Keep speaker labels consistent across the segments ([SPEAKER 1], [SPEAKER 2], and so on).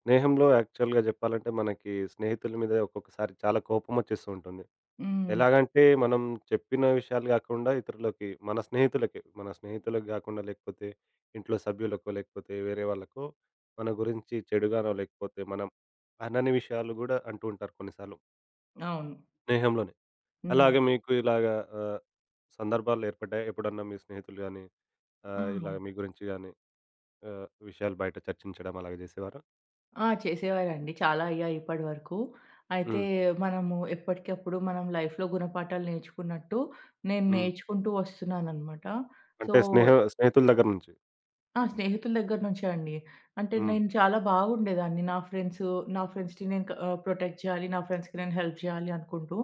[SPEAKER 1] స్నేహంలో యాక్చువల్‌గా జెప్పాలంటే మనకి స్నేహితుల మీద ఒక్కొక్కసారి చాలా కోపమొచ్చేస్తూ ఉంటుంది.
[SPEAKER 2] హ్మ్.
[SPEAKER 1] ఎలాగంటే మనం చెప్పిన విషయాలు గాకుండా ఇతరులకి మన స్నేహితులకి, మన స్నేహితులకు గాకుండా లేకపోతే ఇంట్లో సభ్యులకో, లేకపోతే వేరే వాళ్ళకో మన గురించి చెడుగానో లేకపోతే మనం అనని విషయాలు గూడా అంటూ ఉంటారు కొన్నిసార్లు
[SPEAKER 2] అవును.
[SPEAKER 1] స్నేహంలోనే.
[SPEAKER 2] హ్మ్.
[SPEAKER 1] అలాగే మీకు ఇలాగా ఆహ్, సందర్భాలు ఏర్పడ్డాయా? ఎప్పుడన్నా మీ స్నేహితులు గాని
[SPEAKER 2] ఆ!
[SPEAKER 1] ఇలాగ మీ గురించి గాని విషయాలు బయట చర్చించడం అలాగ జేసేవారా?
[SPEAKER 2] ఆ! చేసేవారండి. చాలా అయ్యాయి ఇప్పటి వరకు. అయితే
[SPEAKER 1] హ్మ్.
[SPEAKER 2] మనము ఎప్పటికప్పుడు మనం లైఫ్‌లో గుణపాఠాలు నేర్చుకున్నట్టు నేను
[SPEAKER 1] హ్మ్.
[SPEAKER 2] నేర్చుకుంటూ వస్తున్నాననమాట. సో,
[SPEAKER 1] అంటే స్నేహితుల దగ్గర నుంచి.
[SPEAKER 2] ఆ! స్నేహితుల దగ్గర నుంచే అండి. అంటే
[SPEAKER 1] హ్మ్.
[SPEAKER 2] నేను చాలా బాగుండేదాన్ని. నా ఫ్రెండ్సు, నా ఫ్రెండ్స్‌ని నేను ప్రొటెక్ట్ చేయాలి. నా ఫ్రెండ్స్‌కి నేను హెల్ప్ చేయాలి అనుకుంటూ.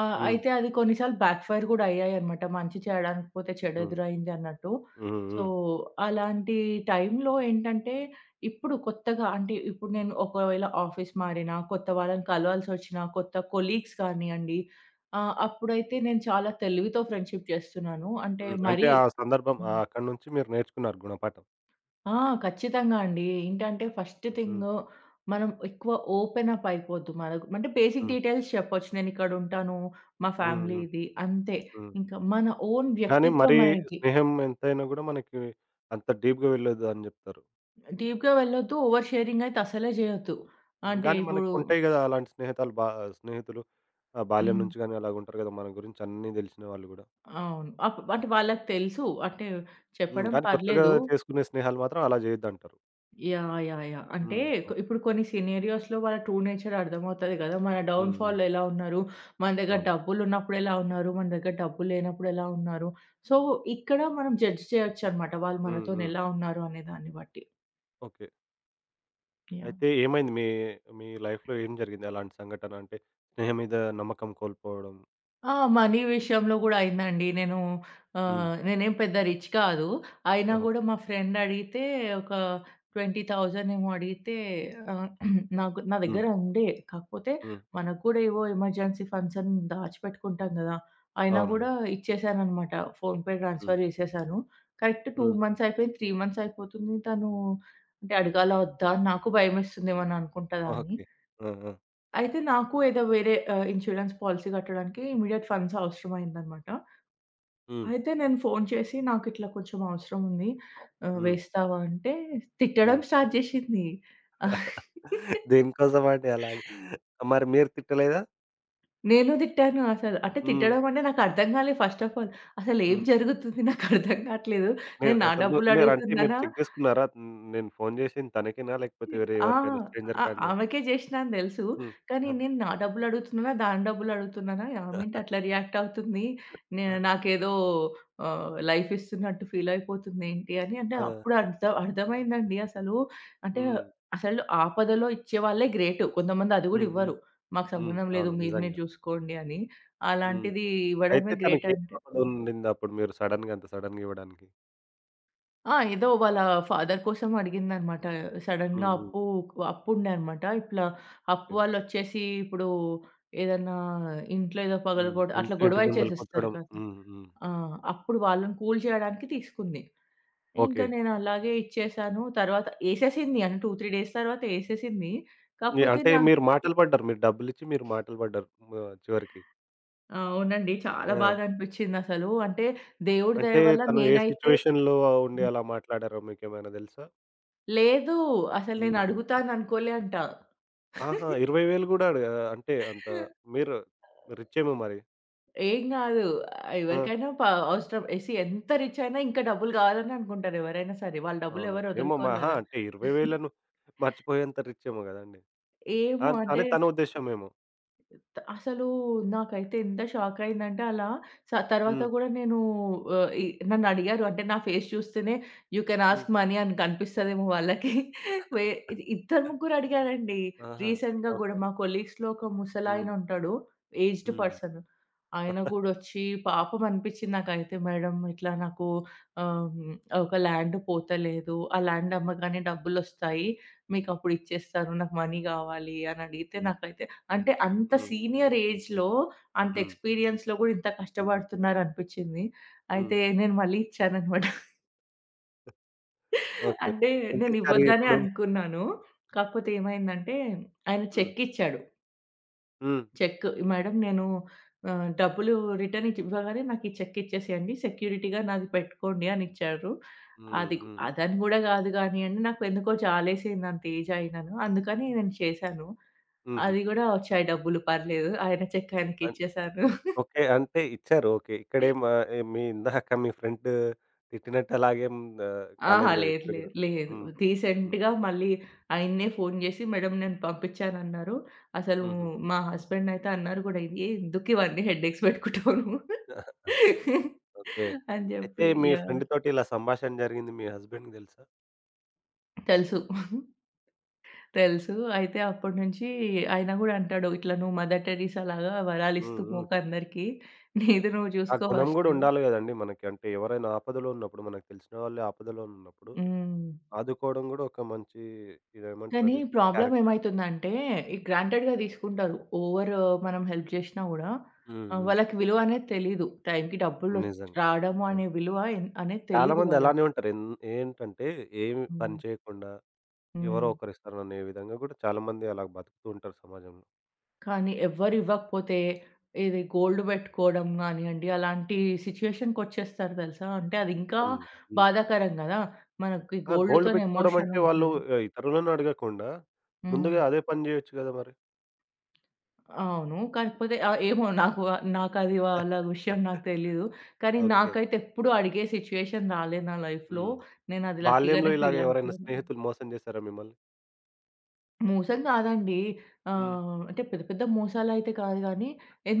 [SPEAKER 1] హ్మ్.
[SPEAKER 2] అయితే అది కొన్నిసార్లు బ్యాక్ ఫైర్ గూడా అయ్యాయన్నమాట. మంచి చేయడానికి పోతే చెడు
[SPEAKER 1] హ్మ్.
[SPEAKER 2] ఎదురైంది అన్నట్టు.
[SPEAKER 1] హ్మ్.
[SPEAKER 2] సో,
[SPEAKER 1] హ్మ్.
[SPEAKER 2] అలాంటి టైంలో ఏంటంటే, ఇప్పుడు కొత్తగా అంటే ఇప్పుడు నేను ఒకవేళ ఆఫీస్ మారినా, కొత్త వాళ్ళని కలవాల్సొచ్చినా, కొత్త కొలీగ్స్ కానియండి, అప్పుడైతే నేను చాలా తెలివితో ఫ్రెండ్‌షిప్ చేస్తున్నాను. అంటే
[SPEAKER 1] హ్మ్. అంటే
[SPEAKER 2] మరీ
[SPEAKER 1] ఆ సందర్భం
[SPEAKER 2] హ్మ్.
[SPEAKER 1] అక్కడి నుంచి మీరు నేర్చుకున్నారు గుణపాఠం.
[SPEAKER 2] ఆ! ఖచ్చితంగా అండి. ఏంటంటే ఫస్ట్ థింగ్
[SPEAKER 1] హ్మ్.
[SPEAKER 2] మనం ఎక్కువ ఓపెన్ అప్ అయిపోద్దు. మనకు అంటే బేసిక్
[SPEAKER 1] హ్మ్.
[SPEAKER 2] డీటెయిల్స్ చెప్పొచ్చు. నేనిక్కడుంటాను. మా
[SPEAKER 1] హ్మ్.
[SPEAKER 2] ఫ్యామిలీ
[SPEAKER 1] హ్మ్.
[SPEAKER 2] ఇది అంతే.
[SPEAKER 1] హ్మ్.
[SPEAKER 2] ఇంకా మన ఓన్
[SPEAKER 1] కానీ
[SPEAKER 2] వ్యక్తిత్వం
[SPEAKER 1] మరీ
[SPEAKER 2] అనేది
[SPEAKER 1] స్నేహం ఎంతైనా గూడా మనకి అంత డీప్‌గా వెళ్ళొద్దు అని జెప్తారు.
[SPEAKER 2] డీప్‌గా వెళ్ళొద్దు. ఓవర్ షేరింగ్ అయితే అసలే చేయొద్దు. అంటే
[SPEAKER 1] గానీ
[SPEAKER 2] ఇప్పుడు
[SPEAKER 1] మనకుంటాయి గదా! అలాంటి స్నేహితాలు బా స్నేహితులు బాల్యం
[SPEAKER 2] హ్మ్.
[SPEAKER 1] నుంచి గానీ అలాగుంటారు గదా! మన గురించి అన్నీ దెలిసిన వాళ్ళు గూడా.
[SPEAKER 2] అవును. అప్ అంటే వాళ్ళకి తెలుసు. అంటే
[SPEAKER 1] హ్మ్.
[SPEAKER 2] చెప్పడం
[SPEAKER 1] కానీ కొత్తగా
[SPEAKER 2] పర్లేదు.
[SPEAKER 1] చేసుకునే స్నేహాలు మాత్రం అలా జేయొద్దంటారు.
[SPEAKER 2] యాహ్! యాహ్! యాహ్! అంటే
[SPEAKER 1] హ్మ్. ఓకే.
[SPEAKER 2] ఇప్పుడు కొన్ని సినారియోస్‌లో వాళ్ళ ట్రూ నేచర్ అర్థమవుతది కదా! మన
[SPEAKER 1] హ్మ్. హ్మ్.
[SPEAKER 2] డౌన్‌ఫాల్‌లో ఎలా ఉన్నారు? మన దగ్గర
[SPEAKER 1] అవును.
[SPEAKER 2] డబ్బులున్నప్పుడు ఎలా ఉన్నారు? మన దగ్గర డబ్బులు లేనప్పుడు ఎలా ఉన్నారు? సో, ఇక్కడ మనం జడ్జ్ చేయొచ్చనమాట. వాళ్ళు
[SPEAKER 1] హ్మ్.
[SPEAKER 2] మనతోని
[SPEAKER 1] హ్మ్.
[SPEAKER 2] ఎలా ఉన్నారు అనే దాన్ని బట్టి.
[SPEAKER 1] ఓకే.
[SPEAKER 2] యాహ్!
[SPEAKER 1] అయితే ఏమైంది మీ మీ లైఫ్‌లో ఏం జరిగింది అలాంటి సంఘటన? అంటే స్నేహం మీద నమ్మకం కోల్పోవడం.
[SPEAKER 2] ఆ! మనీ విషయంలో గూడా అయిందండి. నేను
[SPEAKER 1] హ్మ్.
[SPEAKER 2] నేనేం పెద్ద రిచ్ కాదు. అయినా
[SPEAKER 1] ఓకే.
[SPEAKER 2] గూడా మా ఫ్రెండ్ అడిగితే ఒక 20,000 ఏమో అడిగితే ఆహ్, నాకు నా
[SPEAKER 1] హ్మ్.
[SPEAKER 2] దగ్గర ఉండే. కాకపోతే
[SPEAKER 1] హ్మ్.
[SPEAKER 2] మనకు గూడా ఏవో ఎమర్జెన్సీ ఫండ్స్ అని దాచిపెట్టుకుంటాం గదా! అయినా
[SPEAKER 1] అవును.
[SPEAKER 2] గూడా ఇచ్చేసాననమాట. ఫోన్‌పే
[SPEAKER 1] హ్మ్.
[SPEAKER 2] ట్రాన్స్‌ఫర్ చేసేసాను. కరెక్ట్ 2
[SPEAKER 1] హ్మ్.
[SPEAKER 2] మంత్స్ అయిపోయింది. 3 మంత్స్ అయిపోతుంది. తను అంటే అడగాలా? వద్దా? అని నాకు భయమేస్తుంది ఏమన్నా అనుకుంటదా అని.
[SPEAKER 1] ఓకే. ఆ! ఆ!
[SPEAKER 2] అయితే నాకు ఏదో వేరే ఇన్స్యూరెన్స్ పాలిసీ కట్టడానికి ఇమ్మీడియేట్ ఫండ్స్ అవసరమయిందనమాట.
[SPEAKER 1] హ్మ్.
[SPEAKER 2] అయితే నేను ఫోను చేసి, "నాకిట్లా కొంచెం అవసరం ఉంది.
[SPEAKER 1] హ్మ్.
[SPEAKER 2] వేస్తావా?" అంటే
[SPEAKER 1] హ్మ్.
[SPEAKER 2] తిట్టడం స్టార్ట్ చేషింది.
[SPEAKER 1] దేనికోసమండి అలాగ? మరి మీరు తిట్టలేదా?
[SPEAKER 2] నేను తిట్టాను అసలు. అంటే
[SPEAKER 1] హ్మ్.
[SPEAKER 2] తిట్టడం అంటే నాకర్థం కాలే ఫస్ట్ ఆఫ్ ఆల్. అసలేం
[SPEAKER 1] హ్మ్.
[SPEAKER 2] జరుగుతుంది నాకర్థం కాట్లేదు.
[SPEAKER 1] మీరు
[SPEAKER 2] నేను నా
[SPEAKER 1] అసలు ను మీరంటే మీరు
[SPEAKER 2] డబ్బులడుగుతున్నానా?
[SPEAKER 1] చెక్ చేసుకున్నారా? హ్మ్. నేను ఫోను చేసింది తనకేనా? లేకపోతే వేరే
[SPEAKER 2] ఆ!
[SPEAKER 1] ఎవరికైనా
[SPEAKER 2] ఆ!
[SPEAKER 1] స్ట్రేంజర్‌కా అని?
[SPEAKER 2] ఆమెకే జేషినా అని దెలుసు.
[SPEAKER 1] హ్మ్.
[SPEAKER 2] కానీ
[SPEAKER 1] ఆ!
[SPEAKER 2] నేను నా డబ్బులడుగుతున్నానా, దాని డబ్బులడుగుతున్నానా, ఆమేంటి అట్లా రియాక్ట్ అవుతుంది.
[SPEAKER 1] ఆ!
[SPEAKER 2] నాకేదో లైఫ్ ఇస్తున్నట్టు ఫీలయిపోతుందేంటి అని అంటే
[SPEAKER 1] ఆ!
[SPEAKER 2] అప్పుడు అర్థమైందండి అసలు. అంటే
[SPEAKER 1] హ్మ్.
[SPEAKER 2] అసలు ఆపదలో ఇచ్చేవాళ్ళే గ్రేట్. కొంతమంది అది గూడా
[SPEAKER 1] హ్మ్. హ్మ్.
[SPEAKER 2] ఇవ్వరు. మాకు
[SPEAKER 1] హ్మ్.
[SPEAKER 2] సంబంధం లేదు,
[SPEAKER 1] అవును.
[SPEAKER 2] మీరు మీరు
[SPEAKER 1] నిజంగా.
[SPEAKER 2] జూసుకోండి అని.
[SPEAKER 1] హ్మ్.
[SPEAKER 2] అలాంటిది
[SPEAKER 1] అయితే
[SPEAKER 2] ఇవ్వడమే గ్రేట్
[SPEAKER 1] తనకేం
[SPEAKER 2] అంటే
[SPEAKER 1] ఆపద ఉండిందప్పుడు మీరు సడెన్‌గా అంత సడెన్‌గా ఇవ్వడానికి?
[SPEAKER 2] ఆ! ఏదో వాళ్ళ ఫాదర్ కోసం అడిగిందనమాట.
[SPEAKER 1] హ్మ్.
[SPEAKER 2] సడెన్‌గా
[SPEAKER 1] హ్మ్.
[SPEAKER 2] అప్పు అప్పుండే అనమాట. ఇట్లా అప్పు
[SPEAKER 1] ఓకే.
[SPEAKER 2] వాళ్ళొచ్చేసి ఇప్పుడు ఏదన్నా ఇంట్లో ఏదో
[SPEAKER 1] హ్మ్.
[SPEAKER 2] అట్లా
[SPEAKER 1] ఇంటి ఇంటి
[SPEAKER 2] గొడవ
[SPEAKER 1] ముందల
[SPEAKER 2] చేసేస్తారు
[SPEAKER 1] కూర్చోవడం.
[SPEAKER 2] కదా!
[SPEAKER 1] హ్మ్. హ్మ్.
[SPEAKER 2] ఆ! అప్పుడు వాళ్ళని కూల్ చేయడానికి తీసుకుంది.
[SPEAKER 1] ఓకే.
[SPEAKER 2] ఇంకా నేను అలాగే ఇచ్చేసాను. తర్వాత ఏసేసింది. అంటే 2, 3 డేస్ తర్వాత ఏసేసింది.
[SPEAKER 1] మీ
[SPEAKER 2] కాకపోతే
[SPEAKER 1] అంటే
[SPEAKER 2] నాకు
[SPEAKER 1] మీరు మాటలు పడ్డారు. మీరు డబ్బులిచ్చి మీరు మాటలు పడ్డారు చివరికి.
[SPEAKER 2] అవునండి. చాలా
[SPEAKER 1] ఆ!
[SPEAKER 2] బాధ అనిపిచ్చిందసలు. అంటే దేవుడి దయ
[SPEAKER 1] అంటే
[SPEAKER 2] వల్ల
[SPEAKER 1] తను ఏ
[SPEAKER 2] నేనైతే
[SPEAKER 1] సిట్యుయేషన్‌లో ఉండి అలా మాట్లాడారో మీకేమైనా తెలుసా?
[SPEAKER 2] లేదు. అసలు నేను
[SPEAKER 1] హ్మ్.
[SPEAKER 2] అడుగుతాననుకోలే అంట.
[SPEAKER 1] ఆహా! 20,000 గూడా అంటే అంత మీరు రిచ్చేమో మరి.
[SPEAKER 2] ఏం గాదు. ఆహ్,
[SPEAKER 1] ఆ!
[SPEAKER 2] ఎవరికైనా ప అవసరం ఏ సీ ఎంత రిచ్ అయినా ఇంకా డబ్బులు గావాలని అనుకుంటారు ఎవరైనా సరే. వాళ్ళ డబ్బులు
[SPEAKER 1] అవును.
[SPEAKER 2] ఎవరు
[SPEAKER 1] ఏమో
[SPEAKER 2] వదులుకోరు
[SPEAKER 1] అహా!
[SPEAKER 2] గదా!
[SPEAKER 1] అంటే 20,000ను మర్చిపోయేంత రిచ్చేమో గదండీ!
[SPEAKER 2] ఏమో
[SPEAKER 1] అని
[SPEAKER 2] అంటే
[SPEAKER 1] తన ఉద్దేశ్యమేమో.
[SPEAKER 2] అసలు నాకైతే ఎంత షాక్ అయిందంటే అలా తర్వాత
[SPEAKER 1] హ్మ్.
[SPEAKER 2] గూడా నేను ఆహ్, ఇ నన్నడిగారు అంటే నా ఫేస్ చూస్తేనే you can
[SPEAKER 1] hmm.
[SPEAKER 2] Ask money అని కనిపిస్తదేమో వాళ్ళకి. వే ఇది ఇద్దరు ముగ్గురు అడిగారండి.
[SPEAKER 1] ఆహా!
[SPEAKER 2] రీసెంట్‌గా గూడా
[SPEAKER 1] ఓకే.
[SPEAKER 2] మా కొలీగ్స్‌లో ఒక
[SPEAKER 1] హ్మ్.
[SPEAKER 2] ముసలాయన ఉంటాడు. ఏజ్డ్
[SPEAKER 1] హ్మ్.
[SPEAKER 2] పర్సన్. ఆయన గూడొచ్చి పాపం అనిపిచ్చింది నాకైతే, మేడం ఇట్లా నాకు ఆహ్, ఒక ల్యాండ్ పోతలేదు. ఆ ల్యాండ్ అమ్మగానే డబ్బులొస్తాయి. మీకప్పుడు ఇచ్చేస్తాను. నాకు మనీ గావాలి అని అడిగితే నాకైతే అంటే అంత
[SPEAKER 1] హ్మ్.
[SPEAKER 2] సీనియర్ ఏజ్‌లో, అంత
[SPEAKER 1] హ్మ్.
[SPEAKER 2] ఎక్స్‌పీరియన్స్‌లో గూడా ఇంత
[SPEAKER 1] హ్మ్.
[SPEAKER 2] కష్టపడుతున్నారనిపిచ్చింది.
[SPEAKER 1] హ్మ్.
[SPEAKER 2] అయితే నేను మళ్ళీ ఇచ్చాననమాట.
[SPEAKER 1] ఓకే.
[SPEAKER 2] అంటే
[SPEAKER 1] ఎంతిచ్చారు
[SPEAKER 2] నేనివ్వొద్దనే
[SPEAKER 1] ఇప్పుడు?
[SPEAKER 2] అనుకున్నాను. కాకపోతే ఏమైందంటే ఆయన
[SPEAKER 1] హ్మ్.
[SPEAKER 2] చెక్కిచ్చాడు.
[SPEAKER 1] హ్మ్.
[SPEAKER 2] చెక్ మేడం నేను డబ్బులు రిటర్న్ ఇట్ ఇవ్వగానే నాకీ చెక్ ఇచ్చేసేయండి. సెక్యూరిటీగా నాది పెట్టుకోండి అనిచ్చారు.
[SPEAKER 1] హ్మ్.
[SPEAKER 2] అది గు
[SPEAKER 1] హ్మ్.
[SPEAKER 2] అదని గూడా గాదు గానీయండి, నాకెందుకో జాలేసింది అంత ఏజ్ అయినను. అందుకని నేను చేశాను.
[SPEAKER 1] హుహు.
[SPEAKER 2] అది గూడా ఒచ్చాయి డబ్బులు పర్లేదు. ఆయన చెక్
[SPEAKER 1] అన్
[SPEAKER 2] ఆయనకిచ్చేశాను.
[SPEAKER 1] ఓకే. అంటే ఇచ్చారు. ఓకే. ఇక్కడేం ఆహ్, ఏ మీ ఇందాక మీ ఫ్రెండ్ తిట్టినట్టు అలాగేం
[SPEAKER 2] అహా!
[SPEAKER 1] కాలేదు గదా!
[SPEAKER 2] లేదు.
[SPEAKER 1] ఇక్కడ
[SPEAKER 2] లేదు.
[SPEAKER 1] గూడా.
[SPEAKER 2] లేదు.
[SPEAKER 1] హ్మ్. హ్మ్.
[SPEAKER 2] రీసెంట్‌గా మళ్ళీ ఆయన్నే ఫోను జేసి, మేడం నేను పంపించానన్నారు. అసలు
[SPEAKER 1] హుహు.
[SPEAKER 2] మా హస్బెండ్ అయితే అన్నారు గూడా, "ఏ ఎందుకు ఇవన్నీ హెడేక్స్ పెట్టుకుంటావు నువ్వు"
[SPEAKER 1] ఓకే.
[SPEAKER 2] అని
[SPEAKER 1] అయితే
[SPEAKER 2] జెప్పి
[SPEAKER 1] మీ
[SPEAKER 2] యాహ్!
[SPEAKER 1] ఫ్రెండ్ తోటి ఇలా సంభాషణ జరిగింది మీ హస్బెండ్‌కి తెలుసా?
[SPEAKER 2] తెలుసు. తెలుసు. అయితే అప్పటి నుంచి ఆయన గూడా అంటాడు, "ఇట్లా నువ్వు మదర్ టెరిసా లాగా వరాలిస్తూ
[SPEAKER 1] హ్మ్. హ్మ్.
[SPEAKER 2] పోకు అందరికి. నీది నువ్వు
[SPEAKER 1] ఆ
[SPEAKER 2] జూసుకో
[SPEAKER 1] గుణం గూడా
[SPEAKER 2] ఫస్టు."
[SPEAKER 1] ఉండాలి గదండీ మనకి. అంటే ఎవరైనా ఆపదలో ఉన్నప్పుడు, మనకు తెలిసిన వాళ్ళు ఆపదలో ఉన్నప్పుడు
[SPEAKER 2] హ్మ్.
[SPEAKER 1] ఆదుకోవడం గూడా ఒక మంచి
[SPEAKER 2] కానీ
[SPEAKER 1] ఇదేమంటారది
[SPEAKER 2] ప్రాబ్లమ్
[SPEAKER 1] క్యారెక్టర్.
[SPEAKER 2] ఏమైతుందంటే, ఈ గ్రాంటెడ్‌గా తీసుకుంటారు. ఓవర్ మనం హెల్ప్ చేషినా గూడా
[SPEAKER 1] హ్మ్. హ్మ్.
[SPEAKER 2] వాళ్ళకి విలువ అనేది తెలీదు. టైంకి డబ్బులొచ్
[SPEAKER 1] నిజంగా.
[SPEAKER 2] రావడము అనే
[SPEAKER 1] అవును.
[SPEAKER 2] విలువ అనేది తెలీదు
[SPEAKER 1] చాలామంది అలానే
[SPEAKER 2] వాళ్ళకి.
[SPEAKER 1] ఉంటారు. ఏంటంటే ఏమి పని
[SPEAKER 2] హ్మ్.
[SPEAKER 1] చేయకుండా ఎవరో
[SPEAKER 2] హ్మ్.
[SPEAKER 1] ఒకరిస్తారనే విధంగా గూడా చాలామంది అలా బతుకుతూ ఉంటారు సమాజంలో.
[SPEAKER 2] కానీ ఎవ్వరు ఇవ్వకపోతే ఇది గోల్డ్ పెట్టుకోవడం గానియండి, అలాంటి సిట్యుయేషన్‌కొచ్చేస్తారు తెలుసా! అంటే అది ఇంకా
[SPEAKER 1] హ్మ్. హ్మ్.
[SPEAKER 2] బాధాకరం గదా! మనకి
[SPEAKER 1] ఆ! గోల్డ్
[SPEAKER 2] గోల్డ్‌తోని
[SPEAKER 1] బెట్టుకోవడం
[SPEAKER 2] ఎమోషన్
[SPEAKER 1] అంటే వాళ్ళు
[SPEAKER 2] ఉంటది.
[SPEAKER 1] ఇతరులను అడగకుండా
[SPEAKER 2] హ్మ్.
[SPEAKER 1] ముందుగా అదే పని జేయొచ్చు గదా మరి.
[SPEAKER 2] అవును. కాకపోతే ఏమో నాకది వాళ్ళ విషయం నాకు తెలీదు. కానీ
[SPEAKER 1] ఓకే.
[SPEAKER 2] నాకైతే ఎప్పుడూ అడిగే సిట్యుయేషన్ రాలేదు నా లైఫ్‌లో.
[SPEAKER 1] హ్మ్.
[SPEAKER 2] నేనది
[SPEAKER 1] బాల్యంలో
[SPEAKER 2] లక్కీగానే
[SPEAKER 1] ఇలాగ
[SPEAKER 2] ఫీల్
[SPEAKER 1] ఎవరైనా
[SPEAKER 2] అవుతాను.
[SPEAKER 1] స్నేహితులు మోసం జేశారా మిమ్మల్ని?
[SPEAKER 2] మోసం కాదండి.
[SPEAKER 1] హ్మ్.
[SPEAKER 2] అంటే పెద్ద పెద్ద మోసాలైతే కాదు గానీ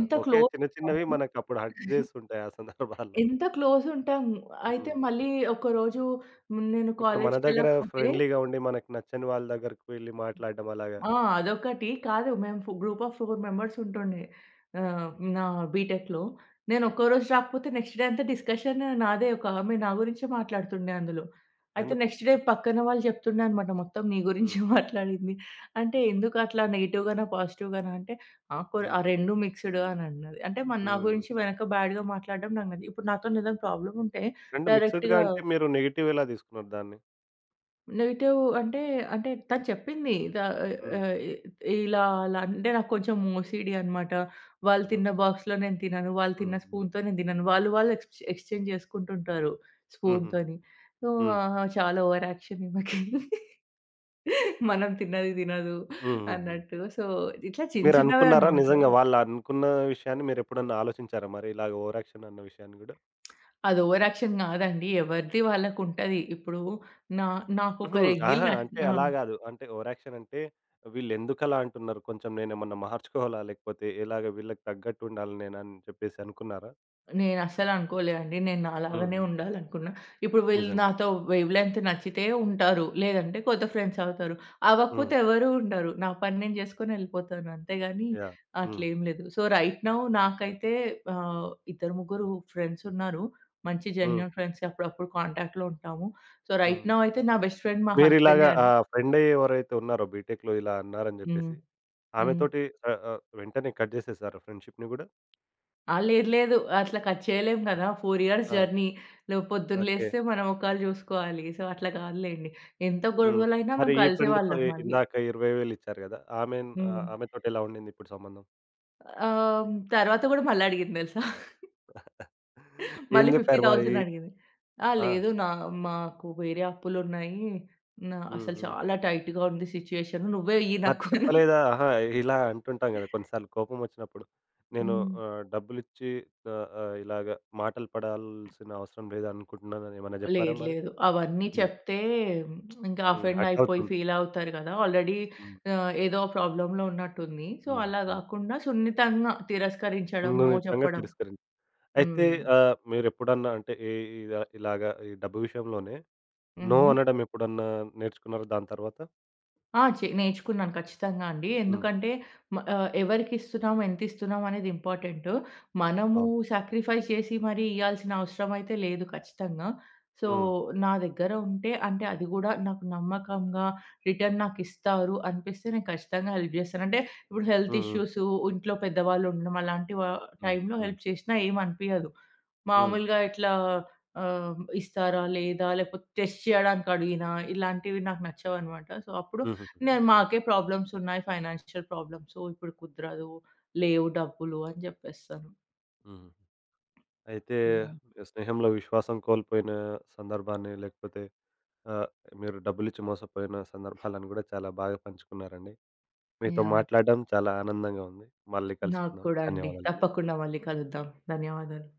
[SPEAKER 1] ఆ! ఓకే.
[SPEAKER 2] క్లోజ్
[SPEAKER 1] చిన్న చిన్నవి
[SPEAKER 2] ఉంటామో
[SPEAKER 1] మనకప్పుడు హర్ట్ జేస్తుంటాయి ఆ సందర్భాల్లో.
[SPEAKER 2] ఎంత క్లోజ్ ఉంటాం అయితే
[SPEAKER 1] హ్మ్.
[SPEAKER 2] మళ్ళీ ఒకరోజు నేను
[SPEAKER 1] ఇప్పుడు మన దగ్గర
[SPEAKER 2] కాలేజ్‌కెళ్ళకపోతే
[SPEAKER 1] ఫ్రెండ్లీగా ఉండి మనకు నచ్చని వాళ్ళ దగ్గరికి వెళ్లి మాట్లాడడం అలాగా.
[SPEAKER 2] ఆ! అదొకటి. కాదు, మేము గ్రూప్ ఆఫ్ 4 మెంబర్స్ ఉంటుండే. ఆహ్, నా బీటెక్‌లో. నేను ఒక్క రోజు రాకపోతే నెక్స్ట్ డే అంతా డిస్కషన్ నాదే. ఒక ఆమె నా గురించే మాట్లాడుతుండే అందులో. అయితే
[SPEAKER 1] ఎందుకు?
[SPEAKER 2] నెక్స్ట్ డే పక్కన వాళ్ళు చెప్తుండే అనమాట. మొత్తం నీ
[SPEAKER 1] హ్మ్.
[SPEAKER 2] గురించే మాట్లాడింది. అంటే ఎందుకు అట్లా? నెగెటివ్ గానా? పాజిటివ్ గానా? అంటే ఆ! కొ
[SPEAKER 1] హ్మ్.
[SPEAKER 2] ఆ 2 మిక్స్‌డ్ అని అన్నది. అంటే మరి నా
[SPEAKER 1] హ్మ్.
[SPEAKER 2] గురించి వెనక బ్యాడ్‌గా మాట్లాడడం నాకు నచ్చదు. ఇప్పుడు నాతోని ఏదైనా ప్రాబ్లమ్ ఉంటే
[SPEAKER 1] రెండు మిక్స్‌డ్‌గా
[SPEAKER 2] డైరెక్ట్‌గా
[SPEAKER 1] అంటే మీరు నెగెటివ్ ఎలా తీసుకున్నారు దాన్ని?
[SPEAKER 2] నెగెటివ్ అంటే, అంటే తను చెప్పింది.
[SPEAKER 1] హ్మ్. హ్మ్.
[SPEAKER 2] ఆహ్, ఇలా అలా అంటే నాకు కొంచెం ఓసీడీ అనమాట. వాళ్ళు
[SPEAKER 1] ఆహా!
[SPEAKER 2] తిన్న బాక్స్‌లో నేను తినను. వాళ్ళు
[SPEAKER 1] హ్మ్.
[SPEAKER 2] తిన్న
[SPEAKER 1] హ్మ్.
[SPEAKER 2] స్పూన్‌తో నేను తినను. వాళ్ళు వాళ్ళు ఎక్స్‌చేంజ్ చేసుకుంటుంటారు
[SPEAKER 1] హుహుహు.
[SPEAKER 2] స్పూన్‌తోని. సో,
[SPEAKER 1] హ్మ్.
[SPEAKER 2] ఆహా! చాలా ఓవర్ యాక్షన్ ఈమెకి. మనం తిన్నది తినదు
[SPEAKER 1] హుహుహు.
[SPEAKER 2] అన్నట్టు. సో, ఇట్లా చిన్న చిన్నవే
[SPEAKER 1] మీరనుకున్నారా
[SPEAKER 2] అనమాట.
[SPEAKER 1] నిజంగా వాళ్ళనుకున్న విషయాన్ని మీరెప్పుడన్నా ఆలోచించారా మరి ఇలాగ ఓవర్ యాక్షన్ అన్న విషయాన్ని గూడా?
[SPEAKER 2] అది ఓవర్ యాక్షన్ కాదండి. ఎవరిది వాళ్ళకుంటది. ఇప్పుడు నా నాకొక
[SPEAKER 1] హుహు.
[SPEAKER 2] ఎగ్గిల్
[SPEAKER 1] అహా!
[SPEAKER 2] నచ్
[SPEAKER 1] అంటే
[SPEAKER 2] ఆ!
[SPEAKER 1] అలా గాదు. అంటే ఓవర్ యాక్షన్ అంటే వీళ్ళెందుకలా అంటున్నారు? కొంచెం నేనేమన్నా మార్చుకోవాలా? లేకపోతే ఇలాగ వీళ్ళకి తగ్గట్టు ఉండాలి నేనని చెప్పేసి అనుకున్నారా?
[SPEAKER 2] నేనస్సలనుకోలేదండి. నేను
[SPEAKER 1] హ్మ్.
[SPEAKER 2] నాలాగానే
[SPEAKER 1] హ్మ్.
[SPEAKER 2] ఉండాలనుకున్నా. ఇప్పుడు వీళ్ళు
[SPEAKER 1] నిజంగా.
[SPEAKER 2] నాతో వేవ్ లెంత్ నచ్చితే ఉంటారు. లేదంటే కొత్త ఫ్రెండ్స్ అవుతారు.
[SPEAKER 1] హ్మ్.
[SPEAKER 2] అవ్వకపోతే ఎవరు ఉండరు. నా పని నేను చేసుకొని ఎళ్ళిపోతాను. అంతేగాని
[SPEAKER 1] యాహ్! హ్మ్.
[SPEAKER 2] అట్లేం లేదు. సో, రైట్ నౌ నాకైతే ఇద్దరు, ముగ్గురు ఫ్రెండ్స్ ఉన్నారు. మంచి
[SPEAKER 1] హ్మ్.
[SPEAKER 2] జెన్యూన్ ఫ్రెండ్స్ అప్పుడప్పుడు కాంటాక్ట్‌లో ఉంటాము. సో,
[SPEAKER 1] హ్మ్.
[SPEAKER 2] రైట్ నౌ అయితే నా బెస్ట్ ఫ్రెండ్ మా
[SPEAKER 1] మీరిలాగా
[SPEAKER 2] హస్బెండే అండి.
[SPEAKER 1] ఫ్రెండ్ ఎవరైతే ఉన్నారో బీటెక్‌లో ఇలా అన్నారని
[SPEAKER 2] హ్మ్.
[SPEAKER 1] జెప్పేసి,
[SPEAKER 2] హ్మ్.
[SPEAKER 1] ఆమెతోటి ఆహ్, ఆహ్, వెంటనే కట్ జేసేసారా ఫ్రెండ్‌షిప్‌ని గూడా?
[SPEAKER 2] ఆ! లేదు. లేదు. అట్లా కట్ చేయలేం గదా! 4 ఇయర్స్
[SPEAKER 1] ఆ!
[SPEAKER 2] జర్నీ. లే పొద్దున్న
[SPEAKER 1] ఓకే.
[SPEAKER 2] లేస్తే మన మొఖాలు జూసుకోవాలి. సో, అట్లా గాదులేండి. ఎంత
[SPEAKER 1] హ్మ్.
[SPEAKER 2] గొడవలైనా
[SPEAKER 1] మరి
[SPEAKER 2] మేము
[SPEAKER 1] ఈ ఫ్రెండ్‌తో
[SPEAKER 2] కలిసేవాళ్ళం మళ్ళీ.
[SPEAKER 1] ఇందాక 20,000 ఇచ్చారు గదా!
[SPEAKER 2] హ్మ్.
[SPEAKER 1] ఆమెతోటి ఎలా ఉండింది ఇప్పుడు సంబంధం?
[SPEAKER 2] ఆహ్, తర్వాత గూడా మళ్ళీ అడిగింది దెలుసా?
[SPEAKER 1] ఏం
[SPEAKER 2] మళ్ళీ
[SPEAKER 1] జెప్పారు మరి?
[SPEAKER 2] 50,000 అడిగింది. ఆ!
[SPEAKER 1] ఆ!
[SPEAKER 2] లేదు, నా మాకు వేరే అప్పులున్నాయి. నా
[SPEAKER 1] హ్మ్.
[SPEAKER 2] అసలు
[SPEAKER 1] హ్మ్.
[SPEAKER 2] చాలా టైట్‌గా ఉంది సిట్యుయేషన్. నువ్వే ఇయ్యి
[SPEAKER 1] మరి
[SPEAKER 2] నాకు.
[SPEAKER 1] చెప్పలేదా? ఆహా! ఇలా అంటుంటాం గదా! కొన్నిసార్లు కోపమొచ్చినప్పుడు. నేను
[SPEAKER 2] హ్మ్.
[SPEAKER 1] డబ్బులిచ్చి ఆహ్, ఆహ్, ఇలాగ మాటలు పడాల్సిన అవసరం లేదనుకుంటున్నానని ఏమన్నా జెప్పారా
[SPEAKER 2] లేదు.
[SPEAKER 1] మరి?
[SPEAKER 2] లేదు. అవన్నీ
[SPEAKER 1] హ్మ్.
[SPEAKER 2] చెప్తే ఇంకా
[SPEAKER 1] హ్మ్.
[SPEAKER 2] అఫెండ్ అయిపోయి
[SPEAKER 1] హర్టవుతుంది.
[SPEAKER 2] ఫీల్ అవుతారు గదా! ఆల్రెడీ
[SPEAKER 1] హ్మ్.
[SPEAKER 2] ఏదో ప్రాబ్లమ్‌లో ఉన్నట్టుంది. సో,
[SPEAKER 1] హ్మ్.
[SPEAKER 2] అలా
[SPEAKER 1] హ్మ్.
[SPEAKER 2] గాకుండా సున్నితంగా తిరస్కరించడం, నో
[SPEAKER 1] సున్నితంగా
[SPEAKER 2] చెప్పడం.
[SPEAKER 1] తిరస్కరించారు. అయితే
[SPEAKER 2] హ్మ్.
[SPEAKER 1] మీరెప్పుడన్నా అంటే ఇలా ఇలాగా ఈ డబ్బు విషయంలోనే నో
[SPEAKER 2] హుహు.
[SPEAKER 1] అనడం ఎప్పుడన్నా నేర్చుకున్నారా దాని తర్వాత?
[SPEAKER 2] ఆ! నేర్చుకున్నాను ఖచ్చితంగా అండి.
[SPEAKER 1] హ్మ్.
[SPEAKER 2] ఎందుకంటే ఎవరికిస్తున్నాం, ఎంతిస్తున్నాం అనేది ఇంపార్టెంటు. మనము
[SPEAKER 1] అవును.
[SPEAKER 2] సాక్రిఫైస్ చేసి మరీ ఇయ్యాల్సిన అవసరం అయితే లేదు ఖచ్చితంగా. సో,
[SPEAKER 1] హ్మ్.
[SPEAKER 2] నా దగ్గర ఉంటే అంటే అది గూడా నాకు నమ్మకంగా రిటర్న్ నాకిస్తారు అనిపిస్తే నేను ఖచ్చితంగా హెల్ప్ జేస్తాను. అంటే ఇప్పుడు హెల్త్
[SPEAKER 1] హ్మ్. హ్మ్.
[SPEAKER 2] ఇష్యూసు, ఇంట్లో పెద్దవాళ్ళు ఉండడం అలాంటి
[SPEAKER 1] హ్మ్.
[SPEAKER 2] టైంలో
[SPEAKER 1] హ్మ్.
[SPEAKER 2] హెల్ప్ చేసినా ఏమనిపియదు.
[SPEAKER 1] హ్మ్.
[SPEAKER 2] మామూలుగా ఇట్లా ఇస్తారా లేదా లేకపోతే టెస్ట్ చేయడానికి అడిగినా ఇలాంటివి నాకు నచ్చవనమాట. సో, అప్పుడు
[SPEAKER 1] హుహుహు.
[SPEAKER 2] నేను మాకే ప్రాబ్లమ్స్ ఉన్నాయి. Financial problems. ఇప్పుడు కుదరదు. లేవు డబ్బులు అని జెప్పేస్తాను.
[SPEAKER 1] హుహు. అయితే
[SPEAKER 2] యాహ్!
[SPEAKER 1] స్నేహంలో విశ్వాసం కోల్పోయిన సందర్భాన్ని లేకపోతే ఆహ్, మీరు డబ్బులిచ్చి మోసపోయిన సందర్భాలను గూడా చాలా బాగా పంచుకున్నారండి. మీతో
[SPEAKER 2] యాహ్!
[SPEAKER 1] మాట్లాడడం చాలా ఆనందంగా ఉంది. మళ్ళీ
[SPEAKER 2] నాకు
[SPEAKER 1] కలుసుకుందాం.
[SPEAKER 2] కూడా అండి.
[SPEAKER 1] ధన్యవాదాలండి.
[SPEAKER 2] తప్పకుండా మళ్ళీ కలుద్దాం. ధన్యవాదాలు.